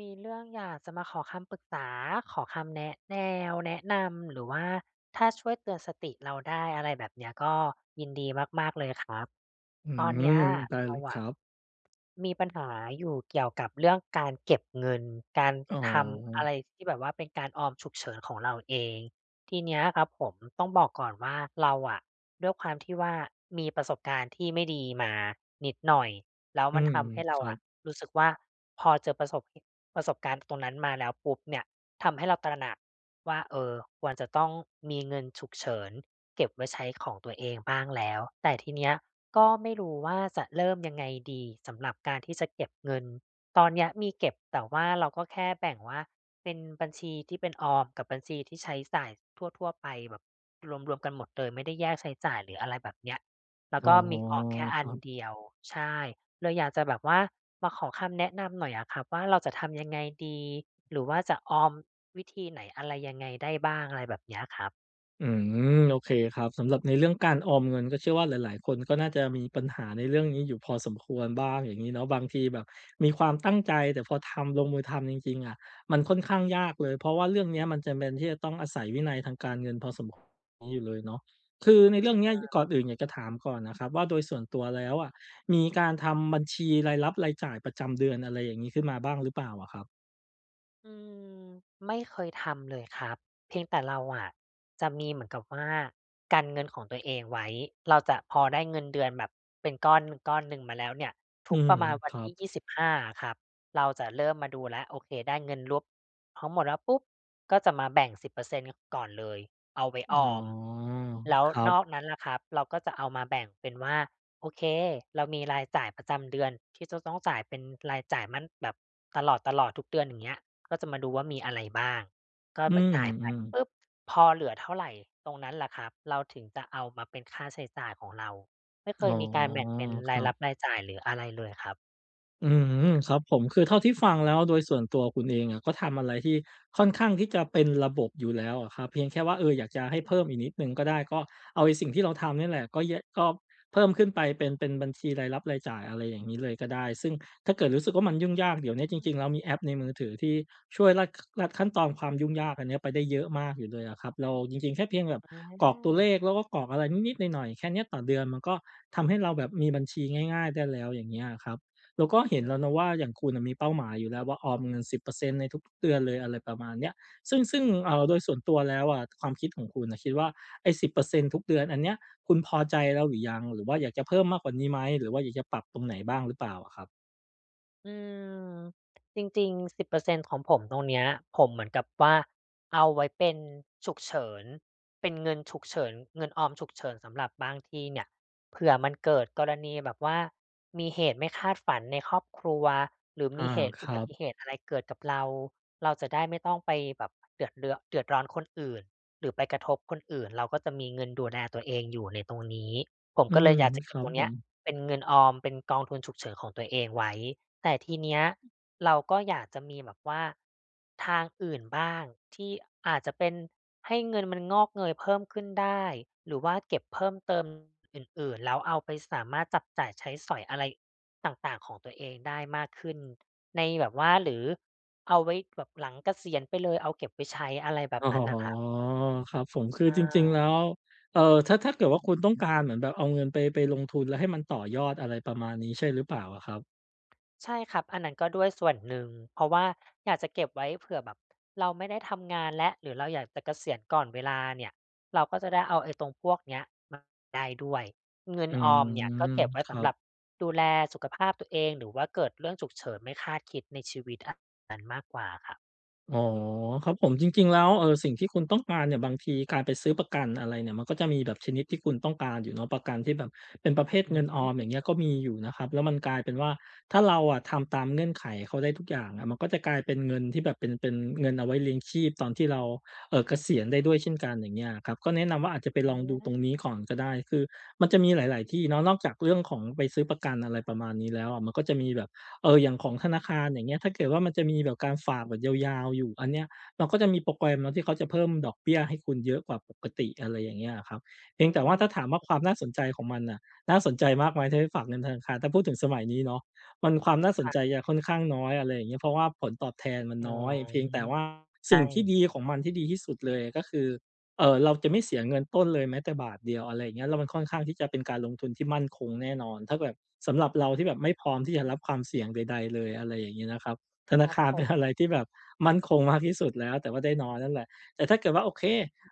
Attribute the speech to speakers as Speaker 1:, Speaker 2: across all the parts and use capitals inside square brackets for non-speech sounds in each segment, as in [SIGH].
Speaker 1: มีเรื่องอยากจะมาขอคำปรึกษาขอคำแนะนำ หรือว่าถ้าช่วยเตือนสติเราได้อะไรแบบเนี้ยก็ยินดีมากๆเลยครับ
Speaker 2: อื
Speaker 1: ตอนเนี้ย
Speaker 2: มได้
Speaker 1: เรา
Speaker 2: เลยค
Speaker 1: อะ
Speaker 2: รับ
Speaker 1: มีปัญหาอยู่เกี่ยวกับเรื่องการเก็บเงิน การ
Speaker 2: อ๋
Speaker 1: ทำอะ
Speaker 2: อ
Speaker 1: ไรที่แบบว่าเป็นการออมฉุกเฉินของเราเองทีเนี้ยครับผมต้องบอกก่อนว่าเราอะด้วยความที่ว่ามีประสบการณ์ที่ไม่ดีมานิดหน่อยแล้ว
Speaker 2: อื
Speaker 1: มัน
Speaker 2: ม
Speaker 1: ทำให้เรา
Speaker 2: ครับ
Speaker 1: อะรู้สึกว่าพอเจอประสบการณ์ตรงนั้นมาแล้วปุ๊บเนี่ยทำให้เราตระหนักว่าเออควรจะต้องมีเงินฉุกเฉิน เก็บไว้ใช้ของตัวเองบ้างแล้ว แต่ทีเนี้ยก็ไม่รู้ว่าจะเริ่มยังไงดีสำหรับการที่จะเก็บเงินตอนเนี้ยมีเก็บแต่ว่าเราก็แค่แบ่งว่าเป็นบัญชีที่เป็นออมกับบัญชีที่ใช้จ่ายทั่วๆไปแบบรวมๆกันหมดเลยไม่ได้แยกใช้จ่ายหรืออะไรแบบเนี้ยแล้ว
Speaker 2: อ๋อ
Speaker 1: ก็มีออมแค่
Speaker 2: ค
Speaker 1: อัน
Speaker 2: รับ
Speaker 1: เดียวใช่เลยอยากจะแบบว่ามาขอคำแนะนำหน่อยอะครับว่าเราจะทำยังไงดีหรือว่าจะออมวิธีไหนอะไรยังไงได้บ้างอะไรแบบเนี้ยครับ
Speaker 2: อืมโอเคครับสำหรับในเรื่องการออมเงินก็เชื่อว่าหลายๆคนก็น่าจะมีปัญหาในเรื่องนี้อยู่พอสมควรบ้างอย่างนี้เนาะบางทีแบบมีความตั้งใจแต่พอทำลงมือทำจริงๆอะมันค่อนข้างยากเลยเพราะว่าเรื่องเนี้ยมันจำเป็นที่จะต้องอาศัยวินัยทางการเงินพอสมนี้อยู่เลยเนาะคือในเรื่องเนี้ยก่อนอื่นอยากจะถามก่อนนะครับว่าโดยส่วนตัวแล้วอะมีการทำบัญชีรายรับรายจ่ายประจำเดือนอะไรอย่างงี้ขึ้นมาบ้างหรือเปล่าอะครับ
Speaker 1: อืมไม่เคยทำเลยครับเพียงแต่เราอะจะมีเหมือนกับว่ากันเงินของตัวเองไว้เราจะพอได้เงินเดือนแบบเป็นก้อนก้อนหนึ่งมาแล้วเนี่ยทุ
Speaker 2: อื
Speaker 1: กป
Speaker 2: ม
Speaker 1: ระมาณวั
Speaker 2: ค
Speaker 1: น
Speaker 2: รับ
Speaker 1: ที่25อะครับเราจะเริ่มมาดูแล้วโอเคได้เงินรวบทั้งหมดแล้วปุ๊บก็จะมาแบ่ง10%ก่อนเลยเอาไว้ออ
Speaker 2: อ๋อ
Speaker 1: มแล้ว
Speaker 2: ครั
Speaker 1: นอก
Speaker 2: บ
Speaker 1: นั้นล่ะครับเราก็จะเอามาแบ่งเป็นว่าโอเคเรามีรายจ่ายประจำเดือนที่จะต้องจ่ายเป็นรายจ่ายมันแบบตลอดๆทุกเดือนอย่างเงี้ย ก็จะมาดูว่ามีอะไรบ้างก็
Speaker 2: อื
Speaker 1: ไจ่ายไป
Speaker 2: มๆ
Speaker 1: ปุ๊บพอเหลือเท่าไรตรงนั้นแหละครับเราถึงจะเอามาเป็นค่าใช้จ่ายของเราไม่เค
Speaker 2: อ๋
Speaker 1: ย
Speaker 2: อ
Speaker 1: มีการแบ่งเป็น
Speaker 2: ค
Speaker 1: ราย
Speaker 2: รั
Speaker 1: รับ
Speaker 2: บ
Speaker 1: รายจ่ายหรืออะไรเลยครับ
Speaker 2: อืครับผมคือเท่าที่ฟังแล้วโดยส่วนตัวคุณเองอะก็ทำอะไรที่ค่อนข้างที่จะเป็นระบบอยู่แล้วอะครับเพียงแค่ว่าอยากจะให้เพิ่มอีกนิดหนึ่งก็ได้ก็เอาไอ้สิ่งที่เราทำเนี่ยแหละก็แยะก็เพิ่มขึ้นไปเป็นบัญชีรายรับรายจ่ายอะไรอย่างงี้เลยก็ได้ซึ่งถ้าเกิดรู้สึกว่ามันยุ่งยากเดี๋ยวเนี้ย
Speaker 1: อื
Speaker 2: จ
Speaker 1: ม
Speaker 2: ริงๆแล้วมีแอปในมือถือที่ช่วยลัดขั้นตอนความยุ่งยากอันเนี้ยไปได้เยอะมากอยู่เลยอะครับเราจริงๆแค่เพียงแบบ
Speaker 1: อ
Speaker 2: กรอกตัวเล
Speaker 1: า
Speaker 2: ขแล้วก็กรอกอะไรนิดๆหน่อยๆแค่เนี้ยต่อเดือนมันก็ทำให้เราแบบมีบัญชีง่ายๆได้แล้วอย่างเงี้ยอะครับ เราก็เห็นแล้วนะว่าอย่างคุณน่ะมีเป้าหมายอยู่แล้วว่าออมเงิน10%ในทุกๆเดือนเลยอะไรประมาณเนี้ยซึ่งโดยส่วนตัวแล้วอะความคิดของคุณน่ะคิดว่าไอ้10%ทุกเดือนอันเนี้ยคุณพอใจแล้วหรือยังหรือว่าอยากจะเพิ่มมากกว่านี้ไหมหรือว่าอยากจะปรับตรงไหนบ้างหรือเปล่าอะครับ
Speaker 1: อืมจริงๆ10%ของผมตรงเนี้ยผมเหมือนกับว่าเอาไว้เป็นฉุกเฉินเป็นเงินฉุกเฉินเงินออมฉุกเฉินสำหรับบางทีเนี่ยเผื่อมันเกิดกรณีแบบว่ามีเหตุไม่คาดฝันในครอบครัวหรือ
Speaker 2: อา
Speaker 1: มีเหตุ
Speaker 2: ค
Speaker 1: อุ
Speaker 2: รั
Speaker 1: บัติ
Speaker 2: บ
Speaker 1: เหตุอะไรเกิดกับเราเราจะได้ไม่ต้องไปแบบเดือดร้อนคนอื่นหรือไปกระทบคนอื่นเราก็จะมีเงินดูแลตัวเองอยู่ในตรงนี้ผม
Speaker 2: อื
Speaker 1: ก็เลย
Speaker 2: ม
Speaker 1: อยากจะ
Speaker 2: ค
Speaker 1: เก็บ
Speaker 2: รั
Speaker 1: ต
Speaker 2: บ
Speaker 1: รง
Speaker 2: ผ
Speaker 1: เนี้ย
Speaker 2: ม
Speaker 1: เป็นเงินออมเป็นกองทุนฉุกเฉินของตัวเองไว้ แต่ทีเนี้ยเราก็อยากจะมีแบบว่าทางอื่นบ้างที่อาจจะเป็นให้เงินมันงอกเงยเพิ่มขึ้นได้หรือว่าเก็บเพิ่มเติมอื่นๆแล้วเอาไปสามารถจับจ่ายใช้สอยอะไรต่างๆของตัวเองได้มากขึ้นในแบบว่าหรือเอาไว้แบบหลังเกษียณไปเลยเอาเก็บไว้ใช้อะไรแบบ
Speaker 2: อ๋อ
Speaker 1: นั้นน่ะครับ
Speaker 2: ครับผม
Speaker 1: ใช
Speaker 2: คือจริงๆแล้
Speaker 1: ่
Speaker 2: วเอ่อถ้าเกิดว่าคุณต้องการเหมือนแบบเอาเงินไปลงทุนแล้วให้มันต่อยอดอะไรประมาณนี้ใช่หรือเปล่าอะครับ
Speaker 1: ใช่ครับ อันนั้นก็ด้วยส่วนหนึ่ง เพราะว่าอยากจะเก็บไว้เผื่อแบบเราไม่ได้ทำงานแล้วหรือเราอยากจะเกษียณก่อนเวลาเนี่ยเราก็จะได้เอาไอ้ตรงพวกเนี้ยมาได้ด้วยเงิน
Speaker 2: อื
Speaker 1: ออมเนี่ยก็
Speaker 2: ม
Speaker 1: เก็บไว้
Speaker 2: ครั
Speaker 1: สำหรับ
Speaker 2: บ
Speaker 1: ดูแลสุขภาพตัวเองหรือว่าเกิดเรื่องฉุกเฉินไม่คาดคิดในชีวิตอันนั้นมากกว่าครับ
Speaker 2: อ๋อครับผมจริงๆแล้วสิ่งที่คุณต้องการเนี่ยบางทีการไปซื้อประกันอะไรเนี่ยมันก็จะมีแบบชนิดที่คุณต้องการอยู่เนาะประกันที่แบบเป็นประเภท
Speaker 1: อื
Speaker 2: เงิน
Speaker 1: อ
Speaker 2: ออมอย่างเงี้ยก็มีอยู่นะครับแล้วมันกลายเป็นว่าถ้าเราอะทำตามเงื่อนไขเขาได้ทุกอย่างอะมันก็จะกลายเป็นเงินที่แบบเป็นเงินเอาไว้เลี้ยงชีพตอนที่เราเกษียณได้ด้วยเช่นกันอย่างเงี้ยอะครับก็แนะนำว่าอาจจะไปลองดูตรงนี้ก่อนก็ได้คือมันจะมีหลายๆที่เนาะนอกจากเรื่องของไปซื้อประกันอะไรประมาณนี้แล้วอะมันก็จะมีแบบ อย่างของธนาคารอย่างเงี้ยถ้าเกิดว่ามันจะมีแบบการฝากแบบยาวๆอยู่อันเนี้ยเราก็จะมีโปรแกรมเนาะที่เขาจะเพิ่มดอกเบี้ยให้คุณเยอะกว่าปกติอะไรอย่างเงี้ยอะครับเพี
Speaker 1: อื
Speaker 2: ยงแต่ว่าถ้า
Speaker 1: ม
Speaker 2: ถามว่าความน่าสนใจของมันน่ะน่าสนใจมากไหมถ้าให้ฝากเงินธนาคารถ้าพูดถึงสมัยนี้เนาะมันความน่าส
Speaker 1: ค
Speaker 2: น
Speaker 1: รั
Speaker 2: ใจ
Speaker 1: บ
Speaker 2: จะค่อนข้างน้อยอะไรอย่างเงี้ยเพราะว่าผลตอบแทนมัน
Speaker 1: อ๋อ
Speaker 2: น้อยเพียงแต่ว่าสิ่ง
Speaker 1: ใช่
Speaker 2: ที่ดีของมันที่ดีที่สุดเลยก็คือ เราจะไม่เสียเงินต้นเลยแม้แต่บาทเดียวอะไรอย่างเงี้ยแล้วมันค่อนข้างที่จะเป็นการลงทุนที่มั่นคงแน่นอนถ้าแบบสำหรับเราที่แบบไม่พร้อมที่จะ
Speaker 1: อื
Speaker 2: รับค
Speaker 1: ม
Speaker 2: วามเสี่ยงใดๆเลยอะไรอย่างเงี้ยนะครับธ
Speaker 1: ค
Speaker 2: นา
Speaker 1: รับ
Speaker 2: คาร
Speaker 1: ผ
Speaker 2: เป็นอะ
Speaker 1: ม
Speaker 2: ไรที่แบบมั่นคงมากที่สุดแล้วแต่ว่าได้น้อยนั่นแหละแต่ถ้าเกิดว่าโอเค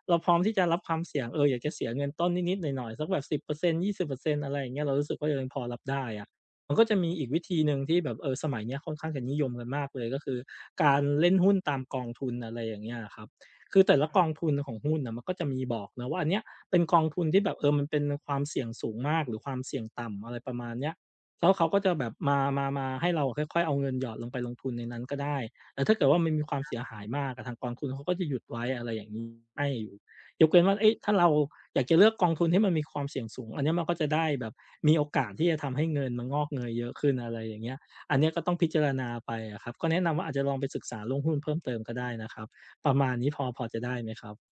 Speaker 2: เราพร้อมที่จะรับความเสี่ยงอยากจะเสียเงินต้นนิดๆหน่อยๆสักแบบสิบเปอร์เซ็นต์ยี่สิบเปอร์เซ็นต์อะไรอย่างเงี้ยเรารู้สึกว่าเรายังพอรับได้อะมันก็จะมีอีกวิธีหนึ่งที่แบบสมัยเนี้ยค่อนข้างจะนิยมกันมากเลยก็คือการเล่นหุ้นตามกองทุนอะไรอย่างเงี้ยครับ คือแต่ละกองทุนของหุ้นน่ะมันก็จะมีบอกนะว่าอันเนี้ยเป็นกองทุนที่แบบมันเป็นความเสี่ยงสูงมากหรือความเสี่ยงต่ำอะไรประมาณเนี้ยแล้วเขาก็จะแบบมาให้เราค่อยๆเอาเงินหยอดลงไปลงทุนในนั้นก็ได้แต่ถ้าเกิดว่ามันมีความเสียหายมากอะทางกองทุนเขาก็จะหยุดไว้อะไรอย่างงี้ให้อยู่ยกเว้นว่าเอ๊ะถ้าเราอยากจะเลือกกองทุนที่มันมีความเสี่ยงสูงอันเนี้ยมันก็จะได้แบบมีโอกาสที่จะทำให้เงินมันงอกเงยเยอะขึ้นอะไรอย่างเงี้ยอันเนี้ยก็ต้องพิจารณาไปอะครับก็แนะนำว่าอาจจะลองไปศึกษาลรองหุ้นเพิ่มเติมก็ได้นะครับ ประมาณนี้พอจะได้ไหมครับ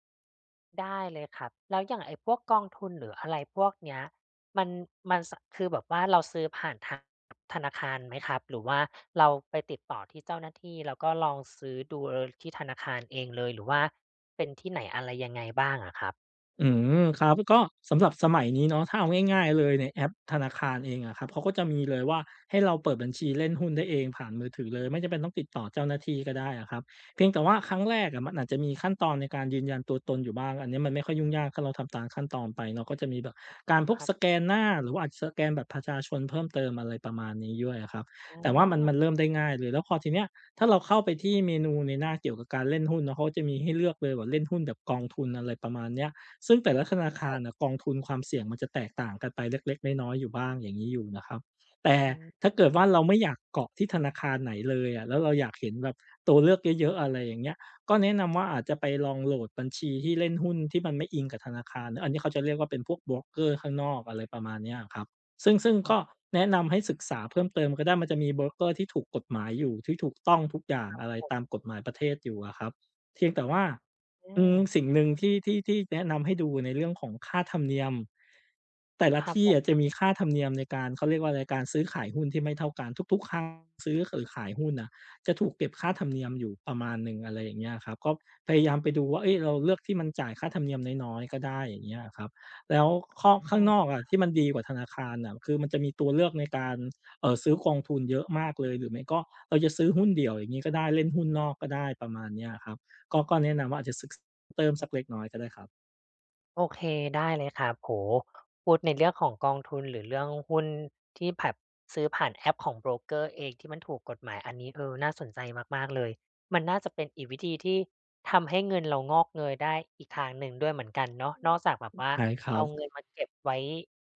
Speaker 1: ได้เลยครับแล้วอย่างไอ้พวกกองทุนหรืออะไรพวกเนี้ยมันมันคือแบบว่าเราซื้อผ่านทางธนาคารไหมครับหรือว่าเราไปติดต่อที่เจ้าหน้าที่แล้วก็ลองซื้อดูเออที่ธนาคารเองเลยหรือว่าเป็นที่ไหนอะไรยังไงบ้างอะครับ
Speaker 2: อืมครับก็สำหรับสมัยนี้เนาะถ้าเอาง่ายๆเลยในแอปธนาคารเองอะครับเขาก็จะมีเลยว่าให้เราเปิดบัญชีเล่นหุ้นได้เองผ่านมือถือเลยไม่จำเป็นต้องติดต่อเจ้าหน้าที่ก็ได้อะครับเพียงแต่ว่าครั้งแรกอะมันอาจจะมีขั้นตอนในการยืนยันตัวตนอยู่บ้างอันเนี้ยมันไม่ค่อยยุ่งยากถ้าเราทำตามขั้นตอนไปเนาะก็จะมีแบบการพ
Speaker 1: ค
Speaker 2: ก
Speaker 1: รับ
Speaker 2: สแกนหน้าหรือว่าอาจจะสแกนบัตรประชาชนเพิ่มเติมอะไรประมาณนี้ด้วยอะครับ
Speaker 1: อ
Speaker 2: แต่ว่ามัน
Speaker 1: า
Speaker 2: เริ่มได้ง่ายเลยแล้วพอทีเนี้ยถ้าเราเข้าไปที่เมนูในหน้าเกี่ยวกับการเล่นหุ้นเนาะเขาจะมีให้เลือกเลยว่าเล่นหุ้นแบบกองทุนอะไรประมาณเนี้ย ซึ่งแต่ละธ
Speaker 1: ก
Speaker 2: นาคาร
Speaker 1: บ
Speaker 2: น่ะกองทุนความเสี่ยงมันจะแตกต่างกันไปเล็กๆน้อยๆอยู่บ้างอย่างนี้อยู่นะครับแต่
Speaker 1: อืม
Speaker 2: ถ้าเกิดว่าเราไม่อยากเกาะที่ธนาคารไหนเลยอะแล้วเราอยากเห็นแบบตัวเลือกเยอะๆอะไรอย่างเงี้ยก็แนะนำว่าอาจจะไปลองโหลดบัญชีที่เล่นหุ้นที่มันไม่อิงกับธนาคารอันนี้เขาจะเรียกว่าเป็นพวกโบรกเกอร์ข้างนอกอะไรประมาณเนี้ยอะครับซึ่ง
Speaker 1: อ๋
Speaker 2: ก็
Speaker 1: อ
Speaker 2: แนะนำให้ศึกษาเพิ่มเติมก็ได้มันจะมีโบรกเกอร์ที่ถูกกฎหมายอยู่ที่ถูกต้องทุกอย่าง
Speaker 1: ก
Speaker 2: อะไร
Speaker 1: บ
Speaker 2: ตามกฎหมายประเทศอยู่อะครับ เพียงแต่ว่า
Speaker 1: อ
Speaker 2: อืม
Speaker 1: า
Speaker 2: สิ่งหนึ่งที่แนะนำให้ดูในเรื่องของค่าธรรมเนียมแต่ละ
Speaker 1: ครับผ
Speaker 2: ที่
Speaker 1: ม
Speaker 2: อะจะมีค่าธรรมเนียมในการเขาเรียกว่าอะไรการซื้อขายหุ้นที่ไม่เท่ากันทุกๆครั้งซื้อหรือขายหุ้นน่ะจะถูกเก็บค่าธรรมเนียมอยู่ประมาณหนึ่งอะไรอย่างเงี้ยครับก็พยายามไปดูว่าเฮ้ยเราเลือกที่มันจ่ายค่าธรรมเนียมน้อยๆก็ได้อย่างเงี้ยอะครับแล้วข้อข้างนอกอะที่มันดีกว่าธนาคารน่ะคือมันจะมีตัวเลือกในการซื้อกองทุนเยอะมากเลยหรือไม่ก็เราจะซื้อหุ้นเดี่ยวอย่างงี้ก็ได้เล่นหุ้นนอกก็ได้ประมาณเนี้ยครับ ก็แนะนำว่าอาจจะศึกเติมสักเล็กน้อยก็ได้ครับ
Speaker 1: โอเคได้เลยครับโหพูดในเรื่องของกองทุนหรือเรื่องหุ้นที่แบบซื้อผ่านแอปของโบรกเกอร์เองที่มันถูกกฎหมายอันนี้เออน่าสนใจมากๆเลยมันน่าจะเป็นอีกวิธีที่ทำให้เงินเรางอกเงยได้อีกทางหนึ่งด้วยเหมือนกันเนาะนอกจากแบบว่า
Speaker 2: ใช่ครั
Speaker 1: เอา
Speaker 2: บ
Speaker 1: เงินมาเก็บไว้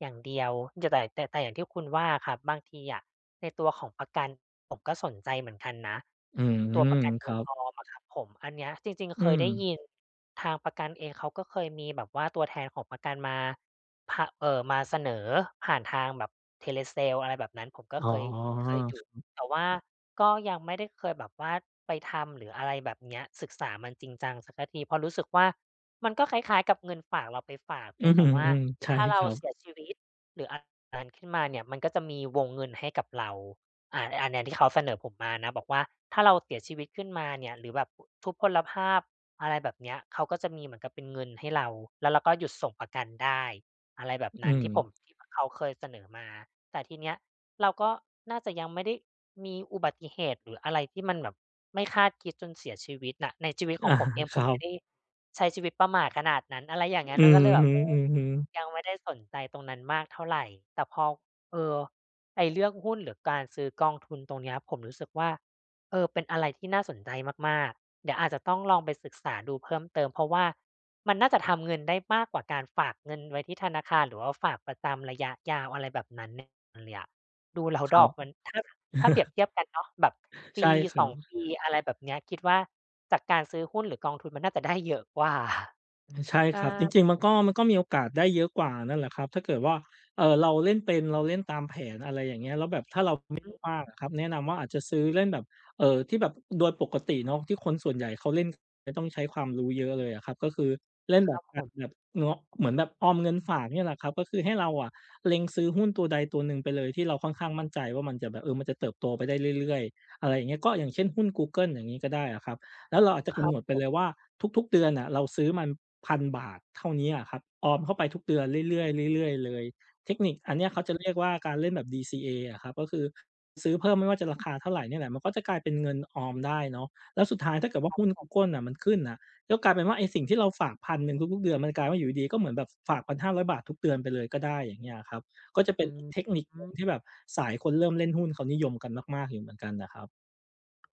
Speaker 1: อย่างเดียวจะแต่อย่างที่คุณว่าอะครับบางทีอะในตัวของประกันผมก็สนใจเหมือนกันนะ
Speaker 2: อื
Speaker 1: ตัวประ
Speaker 2: ม
Speaker 1: กัน
Speaker 2: ค
Speaker 1: เงิ
Speaker 2: รั
Speaker 1: น
Speaker 2: บ
Speaker 1: ออมอะครับผมอันเนี้ยจริงๆ
Speaker 2: อื
Speaker 1: เคย
Speaker 2: ม
Speaker 1: ได้ยิน ทางประกันเองเขาก็เคยมีแบบว่าตัวแทนของประกันมาพะเอ่อมาเสนอผ่านทางแบบ Telesale อะไรแบบนั้นผมก็
Speaker 2: อ๋
Speaker 1: เคยเค
Speaker 2: อ
Speaker 1: ยอยู่แต่ว่าก็ยังไม่ได้เคยแบบว่าไปทำหรืออะไรแบบเนี้ยศึกษามันจริงจังสักทีเพราะรู้สึกว่ามันก็คล้ายๆกับเงินฝากเราไปฝากเพี
Speaker 2: อื
Speaker 1: ยง
Speaker 2: อ
Speaker 1: แต่
Speaker 2: ฮึ
Speaker 1: ว่า
Speaker 2: อืมใช่
Speaker 1: ถ้า
Speaker 2: ค
Speaker 1: เรา
Speaker 2: รับ
Speaker 1: เสียชีวิตหรืออะไรขึ้นมาเนี่ยมันก็จะมีวงเงินให้กับเราอันเนี้ยที่เขาเสนอผมมานะบอกว่าถ้าเราเสียชีวิตขึ้นมาเนี่ยหรือแบบทุพพลภาพ อะไรแบบเนี้ยเขาก็จะมีเหมือนกับเป็นเงินให้เราแล้วเราก็หยุดส่งประกันได้อะไรแบบ
Speaker 2: อื
Speaker 1: นั้น
Speaker 2: ม
Speaker 1: ที่ผมที่เขาเคยเสนอมาแต่ทีเนี้ยเราก็น่าจะยังไม่ได้มีอุบัติเหตุหรืออะไรที่มันแบบไม่คาดคิดจนเสียชีวิตน่ะในชีวิตขอ
Speaker 2: อา
Speaker 1: งผมเอง
Speaker 2: ค
Speaker 1: ผ
Speaker 2: รั
Speaker 1: มไม่ได้
Speaker 2: บ
Speaker 1: ใช้ชีวิตประหม่าขนาดนั้นอะไรอย่างงั้น
Speaker 2: อื
Speaker 1: เราก็เล
Speaker 2: อ
Speaker 1: ยแบ
Speaker 2: ฮึ
Speaker 1: บเออ
Speaker 2: ๆ
Speaker 1: ยังไม่ได้สนใจตรงนั้นมากเท่าไรแต่พอเอ่อไอ้เรื่องหุ้นหรือการซื้อกองทุนตรงเนี้ยผมรู้สึกว่าเออเป็นอะไรที่น่าสนใจมากๆ เดี๋ยวอาจจะต้องลองไปศึกษาดูเพิ่มเติมเพราะว่ามันน่าจะทำเงินได้มากกว่าการฝากเงินไว้ที่ธนาคารหรือว่าฝากประจำระยะยาวอะไรแบบนั้นเนี่ยเลยอะดูแล้ว
Speaker 2: ค
Speaker 1: ดอ
Speaker 2: รั
Speaker 1: กมั
Speaker 2: บ
Speaker 1: นถ้าถ้าเปรียบเทียบกันเนาะแบบ
Speaker 2: ใช่
Speaker 1: ปี
Speaker 2: ครั
Speaker 1: 2
Speaker 2: บ
Speaker 1: ปีอะไรแบบเนี้ยคิดว่าจากการซื้อหุ้นหรือกองทุนมันน่าจะได้เยอะกว่า
Speaker 2: ใช่ค
Speaker 1: อา
Speaker 2: รับจริงๆมันก็มีโอกาสได้เยอะกว่านั่นแหละครับถ้าเกิดว่าเราเล่นเป็นเราเล่นตามแผนอะไรอย่างเงี้ยแล้วแบบถ้าเราไม่
Speaker 1: อื
Speaker 2: โลภ
Speaker 1: ม
Speaker 2: มากอะครับแนะนำว่าอาจจะซื้อเล่นแบบที่แบบโดยปกติเนาะที่คนส่วนใหญ่เขาเล่นไม่ต้องใช้ความรู้เยอะเลยอะครับก็คือเล่น
Speaker 1: ค
Speaker 2: แบบ
Speaker 1: รับผ
Speaker 2: การ
Speaker 1: ม
Speaker 2: แบบเนาะเหมือนแบบออมเงินฝากเนี่ยแหละครับก็คือให้เราอะเล็งซื้อหุ้นตัวใดตัวหนึ่งไปเลยที่เราค่อนข้างมั่นใจว่ามันจะแบบมันจะเติบโตไปได้เรื่อยๆอะไรอย่างเงี้ยก็อย่างเช่นหุ้นกูเกิลอย่างงี้ก็ได้อะครับ แล้วเราอาจจะ
Speaker 1: ค
Speaker 2: กำ
Speaker 1: รั
Speaker 2: หนด
Speaker 1: บ
Speaker 2: ไปเลยว่าทุกๆเดือนน่ะเราซื้อมัน1,000บาทเท่าเนี้ยอะครับออมเข้าไปทุกเดือนเรื่อยๆเรื่อยๆเลยเทคนิคอันเนี้ยเขาจะเรียกว่าการเล่นแบบ DCA อะครับก็คือซื้อเพิ่มไม่ว่าจะราคาเท่าไรเนี่ยแหละมันก็จะกลายเป็นเงินออมได้เนาะแล้วสุดท้ายถ้าเกิดว่าหุ้น Google น่ะมันขึ้นน่ะก็กลายเป็นว่าไอ้สิ่งที่เราฝาก1 0 0หนึ่งทุกๆเดือนมันกลายว่าอยู่ดีๆก็เหมือนแบบฝาก1้0 0บาททุกเดือนไปเลยก็ได้อย่างเงี้ยอะครับก็จะเป็น
Speaker 1: อื
Speaker 2: อีกเทคนิคหนึ่งที่
Speaker 1: ม
Speaker 2: แบบสายคนเริ่มเล่นหุ้นเขานิยมกันมากๆอยู่เหมือนกันน่ะครับ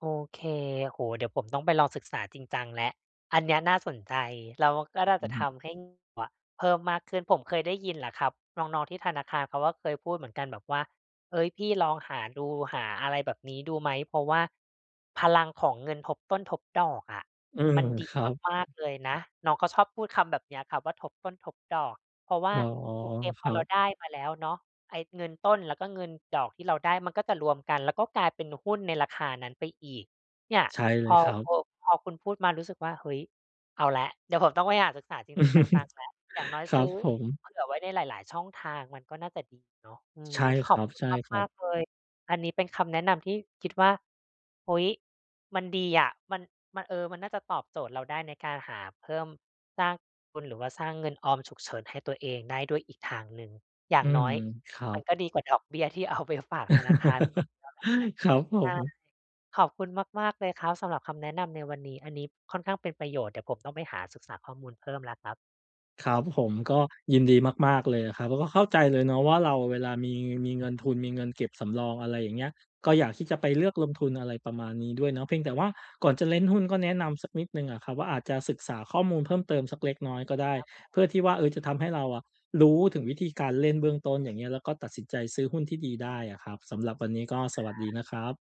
Speaker 1: โอเคโหเดี๋ยวผมต้องไปลองศึกษาจริงจังแล้วอันเนี้ยน่าสนใจเราก็น่า
Speaker 2: อื
Speaker 1: จะ
Speaker 2: อฮึ
Speaker 1: ทำให้ [UNINTELLIGIBLE] อะเพิ่มมากขึ้นผมเคยได้ยินแหละครับน้องๆที่ธนาคารเขาก็เคยพูดเหมือนกันแบบว่าเฮ้ยพี่ลองหาดูหาอะไรแบบนี้ดูไหมเพราะว่าพลังของเงินทบต้นทบดอกอะ
Speaker 2: เออ
Speaker 1: มันดี
Speaker 2: ครับ
Speaker 1: มากๆเลยนะน้องเขาชอบพูดคำแบบเนี้ยครับว่าทบต้นทบดอกเพราะว่า
Speaker 2: อ๋อ
Speaker 1: โอเค
Speaker 2: ค
Speaker 1: พอ
Speaker 2: รั
Speaker 1: เรา
Speaker 2: บ
Speaker 1: ได้มาแล้วเนาะ ไอ้เงินต้นแล้วก็เงินดอกที่เราได้มันก็จะรวมกันแล้วก็กลายเป็นหุ้นในราคานั้นไปอีกเนี่ย
Speaker 2: ใช่เล
Speaker 1: พ
Speaker 2: ย
Speaker 1: อ
Speaker 2: ครับ
Speaker 1: พอพอคุณพูดมารู้สึกว่าเฮ้ยเอาแล้วเดี๋ยวผมต้องไปหาศึกษาจริงๆจังๆแล้วอ
Speaker 2: [LAUGHS]
Speaker 1: ย่างน้อย
Speaker 2: ครั
Speaker 1: ซื้
Speaker 2: บ
Speaker 1: อ
Speaker 2: ผม
Speaker 1: เผื่อไว้ในหลายๆช่องทางมันก็น่าจะดีเนาะอืม
Speaker 2: ใช่
Speaker 1: ข
Speaker 2: ค
Speaker 1: อบ
Speaker 2: รับ
Speaker 1: คุณ
Speaker 2: ใช่ครั
Speaker 1: มา
Speaker 2: บ
Speaker 1: กๆเลยอันนี้เป็นคำแนะนำที่คิดว่าเฮ้ยมันดีอะมันมันเออมันน่าจะตอบโจทย์เราได้ในการหาเพิ่มสร้างทุนหรือว่าสร้างเงินออมฉุกเฉินให้ตัวเองได้ด้วยอีกทางหนึ่ง อย่า
Speaker 2: อื
Speaker 1: ง
Speaker 2: ม
Speaker 1: น้อย
Speaker 2: ครั
Speaker 1: มั
Speaker 2: บ
Speaker 1: นก็ดีกว่าดอกเบี้ยที่เอาไปฝากธนาคาร [LAUGHS]
Speaker 2: [LAUGHS] ครับผ
Speaker 1: [UNINTELLIGIBLE]
Speaker 2: ม
Speaker 1: อาขอบคุณมากๆเลยครับสำหรับคำแนะนำในวันนี้อันนี้ค่อนข้างเป็นประโยชน์เดี๋ยวผมต้องไปหาศึกษาข้อมูลเพิ่มแล้วครับ
Speaker 2: ครับผมก็ยินดีมากๆเลยครับแล้วก็เข้าใจเลยเนาะว่าเราเวลามีมีเงินทุนมีเงินเก็บสำรองอะไรอย่างเงี้ยก็อยากที่จะไปเลือกลงทุนอะไรประมาณนี้ด้วยเนาะเพียงแต่ว่าก่อนจะเล่นหุ้นก็แนะนำสักนิดหนึ่งอะครับว่าอาจจะศึกษาข้อมูลเพิ่มเติมสักเล็กน้อยก็ได้เพื่อที่ว่าจะทำให้เราอะรู้ถึงวิธีการเล่นเบื้องต้นอย่างเงี้ยแล้วก็ตัดสินใจซื้อหุ้นที่ดีได้อะครับสำหรับวันนี้ก็สวัสดีนะครับ